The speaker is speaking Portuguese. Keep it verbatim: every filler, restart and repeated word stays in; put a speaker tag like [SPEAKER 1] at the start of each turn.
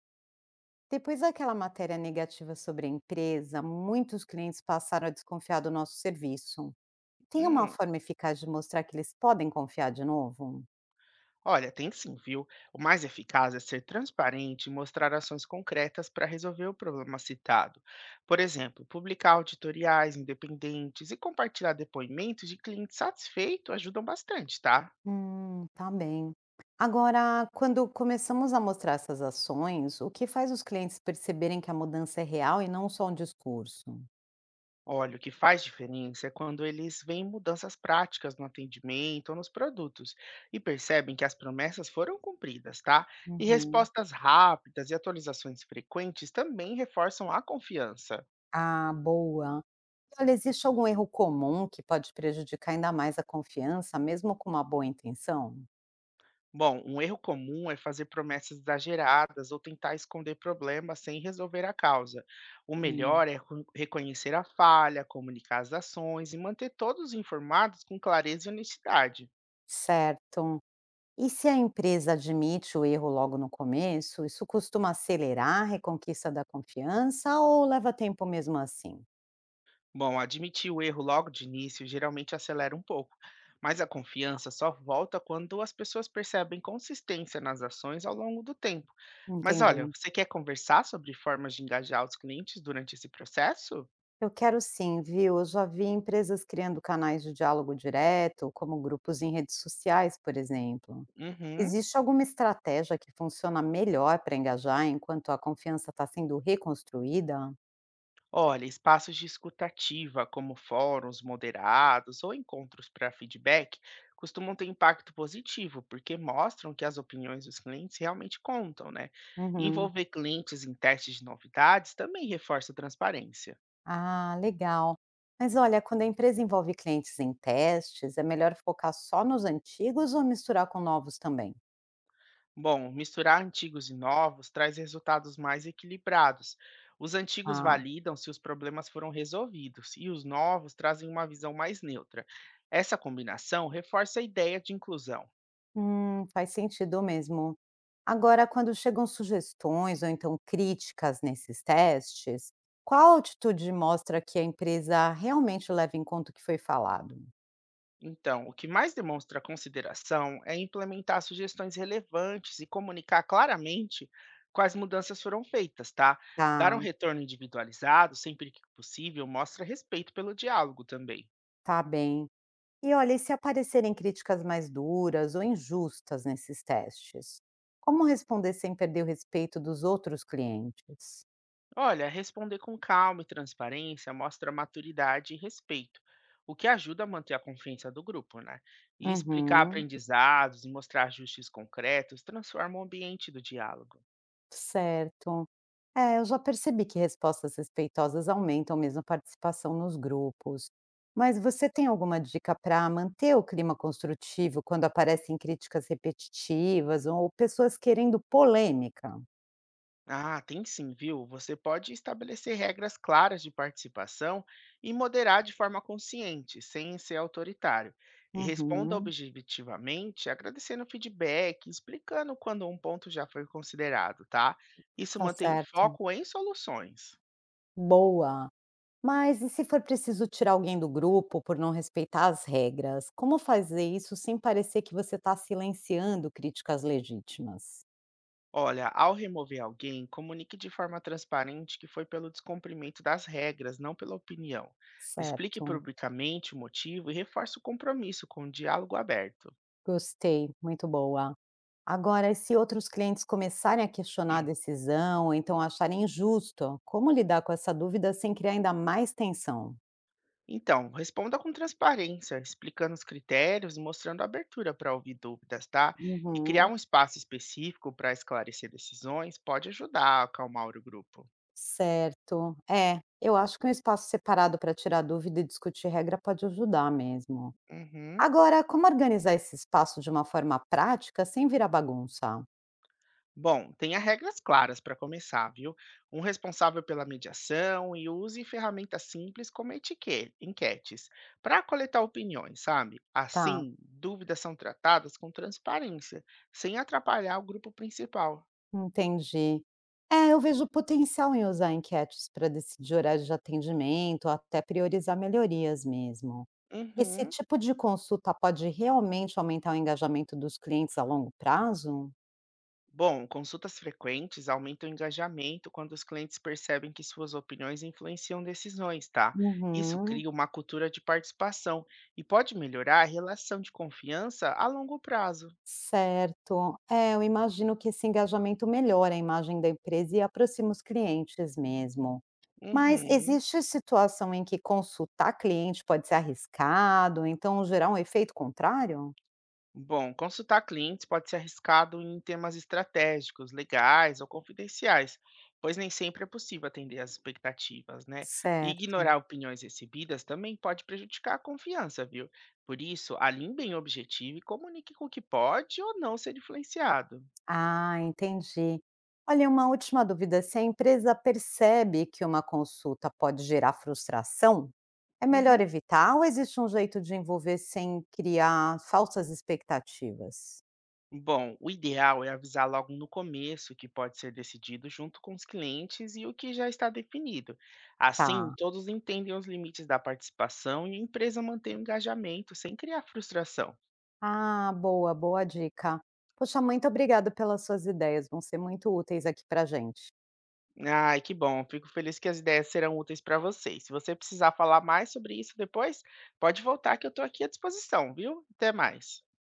[SPEAKER 1] Depois daquela matéria negativa sobre a empresa, muitos clientes passaram a desconfiar do nosso serviço. Tem uma
[SPEAKER 2] Hum,
[SPEAKER 1] forma eficaz de mostrar que eles podem confiar de novo?
[SPEAKER 2] Olha, tem sim, viu? O mais eficaz é ser transparente e mostrar ações concretas para resolver o problema citado. Por exemplo, publicar auditoriais independentes e compartilhar depoimentos de clientes satisfeitos ajudam bastante, tá?
[SPEAKER 1] Hum, tá bem. Agora, quando começamos a mostrar essas ações, o que faz os clientes perceberem que a mudança é real e não só um discurso?
[SPEAKER 2] Olha, o que faz diferença é quando eles veem mudanças práticas no atendimento ou nos produtos e percebem que as promessas foram cumpridas, tá? E
[SPEAKER 1] Uhum.
[SPEAKER 2] respostas rápidas e atualizações frequentes também reforçam a confiança.
[SPEAKER 1] Ah, boa. Olha, existe algum erro comum que pode prejudicar ainda mais a confiança, mesmo com uma boa intenção?
[SPEAKER 2] Bom, um erro comum é fazer promessas exageradas ou tentar esconder problemas sem resolver a causa. O
[SPEAKER 1] Hum,
[SPEAKER 2] melhor é recon- reconhecer a falha, comunicar as ações e manter todos informados com clareza e honestidade.
[SPEAKER 1] certo. E se a empresa admite o erro logo no começo, isso costuma acelerar a reconquista da confiança ou leva tempo mesmo assim?
[SPEAKER 2] Bom, admitir o erro logo de início geralmente acelera um pouco, mas a confiança só volta quando as pessoas percebem consistência nas ações ao longo do tempo. Mas
[SPEAKER 1] Entendi.
[SPEAKER 2] olha, você quer conversar sobre formas de engajar os clientes durante esse processo?
[SPEAKER 1] Eu quero sim, viu? Eu já vi empresas criando canais de diálogo direto, como grupos em redes sociais, por exemplo.
[SPEAKER 2] Uhum.
[SPEAKER 1] Existe alguma estratégia que funciona melhor para engajar enquanto a confiança está sendo reconstruída?
[SPEAKER 2] Olha, espaços de escutativa, como fóruns moderados ou encontros para feedback, costumam ter impacto positivo, porque mostram que as opiniões dos clientes realmente contam, né?
[SPEAKER 1] Uhum.
[SPEAKER 2] Envolver clientes em testes de novidades também reforça a transparência.
[SPEAKER 1] Ah, legal. Mas olha, quando a empresa envolve clientes em testes, é melhor focar só nos antigos ou misturar com novos também?
[SPEAKER 2] Bom, misturar antigos e novos traz resultados mais equilibrados. Os antigos
[SPEAKER 1] Ah,
[SPEAKER 2] validam se os problemas foram resolvidos e os novos trazem uma visão mais neutra. Essa combinação reforça a ideia de inclusão.
[SPEAKER 1] hum, faz sentido mesmo. Agora, quando chegam sugestões ou então críticas nesses testes, qual atitude mostra que a empresa realmente leva em conta o que foi falado?
[SPEAKER 2] Então, o que mais demonstra consideração é implementar sugestões relevantes e comunicar claramente quais mudanças foram feitas, tá? Dar um
[SPEAKER 1] Tá,
[SPEAKER 2] retorno individualizado sempre que possível mostra respeito pelo diálogo também.
[SPEAKER 1] tá bem. E olha, e se aparecerem críticas mais duras ou injustas nesses testes? Como responder sem perder o respeito dos outros clientes?
[SPEAKER 2] Olha, responder com calma e transparência mostra maturidade e respeito, o que ajuda a manter a confiança do grupo, né? E explicar
[SPEAKER 1] Uhum,
[SPEAKER 2] aprendizados e mostrar ajustes concretos transforma o ambiente do diálogo.
[SPEAKER 1] certo. É, eu já percebi que respostas respeitosas aumentam mesmo a participação nos grupos. Mas você tem alguma dica para manter o clima construtivo quando aparecem críticas repetitivas ou pessoas querendo polêmica?
[SPEAKER 2] Ah, tem sim, viu? Você pode estabelecer regras claras de participação e moderar de forma consciente, sem ser autoritário. E responda
[SPEAKER 1] Uhum,
[SPEAKER 2] objetivamente, agradecendo o feedback, explicando quando um ponto já foi considerado, tá? Isso
[SPEAKER 1] tá
[SPEAKER 2] mantém o
[SPEAKER 1] certo.
[SPEAKER 2] foco em soluções.
[SPEAKER 1] Boa. Mas e se for preciso tirar alguém do grupo por não respeitar as regras? Como fazer isso sem parecer que você está silenciando críticas legítimas?
[SPEAKER 2] Olha, ao remover alguém, comunique de forma transparente que foi pelo descumprimento das regras, não pela opinião. Explique
[SPEAKER 1] Certo,
[SPEAKER 2] publicamente o motivo e reforce o compromisso com o diálogo aberto.
[SPEAKER 1] gostei, muito boa. Agora, e se outros clientes começarem a questionar a decisão, ou então acharem injusto, como lidar com essa dúvida sem criar ainda mais tensão?
[SPEAKER 2] Então, responda com transparência, explicando os critérios, mostrando abertura para ouvir dúvidas, tá? E criar
[SPEAKER 1] Uhum,
[SPEAKER 2] um espaço específico para esclarecer decisões pode ajudar a acalmar o grupo.
[SPEAKER 1] certo. É, eu acho que um espaço separado para tirar dúvida e discutir regra pode ajudar mesmo.
[SPEAKER 2] Uhum.
[SPEAKER 1] Agora, como organizar esse espaço de uma forma prática sem virar bagunça?
[SPEAKER 2] Bom, tenha regras claras para começar, viu? Um responsável pela mediação e use ferramentas simples como etiquetas, enquetes, para coletar opiniões, sabe?
[SPEAKER 1] Tá,
[SPEAKER 2] Assim, dúvidas são tratadas com transparência, sem atrapalhar o grupo principal.
[SPEAKER 1] entendi. É, eu vejo potencial em usar enquetes para decidir horário de atendimento, ou até priorizar melhorias mesmo. Esse
[SPEAKER 2] Uhum.
[SPEAKER 1] tipo de consulta pode realmente aumentar o engajamento dos clientes a longo prazo?
[SPEAKER 2] Bom, consultas frequentes aumentam o engajamento quando os clientes percebem que suas opiniões influenciam decisões, tá? Isso
[SPEAKER 1] Uhum,
[SPEAKER 2] cria uma cultura de participação e pode melhorar a relação de confiança a longo prazo.
[SPEAKER 1] certo. É, eu imagino que esse engajamento melhora a imagem da empresa e aproxima os clientes mesmo. Mas
[SPEAKER 2] Uhum.
[SPEAKER 1] existe situação em que consultar cliente pode ser arriscado, então gerar um efeito contrário?
[SPEAKER 2] Bom, consultar clientes pode ser arriscado em temas estratégicos, legais ou confidenciais, pois nem sempre é possível atender às expectativas, né? E
[SPEAKER 1] Certo.
[SPEAKER 2] ignorar opiniões recebidas também pode prejudicar a confiança, viu? Por isso, alinhe bem o objetivo e comunique com o que pode ou não ser influenciado.
[SPEAKER 1] Ah, entendi. Olha, uma última dúvida: se a empresa percebe que uma consulta pode gerar frustração, é melhor
[SPEAKER 2] Uhum.
[SPEAKER 1] evitar ou existe um jeito de envolver sem criar falsas expectativas?
[SPEAKER 2] Bom, o ideal é avisar logo no começo o que pode ser decidido junto com os clientes e o que já está definido. Assim,
[SPEAKER 1] Tá.
[SPEAKER 2] todos entendem os limites da participação e a empresa mantém o engajamento sem criar frustração.
[SPEAKER 1] Ah, boa, boa dica. Poxa, muito obrigada pelas suas ideias, vão ser muito úteis aqui pra gente.
[SPEAKER 2] Ai, que bom, fico feliz que as ideias serão úteis para vocês. Se você precisar falar mais sobre isso depois, pode voltar que eu estou aqui à disposição, viu? Até mais.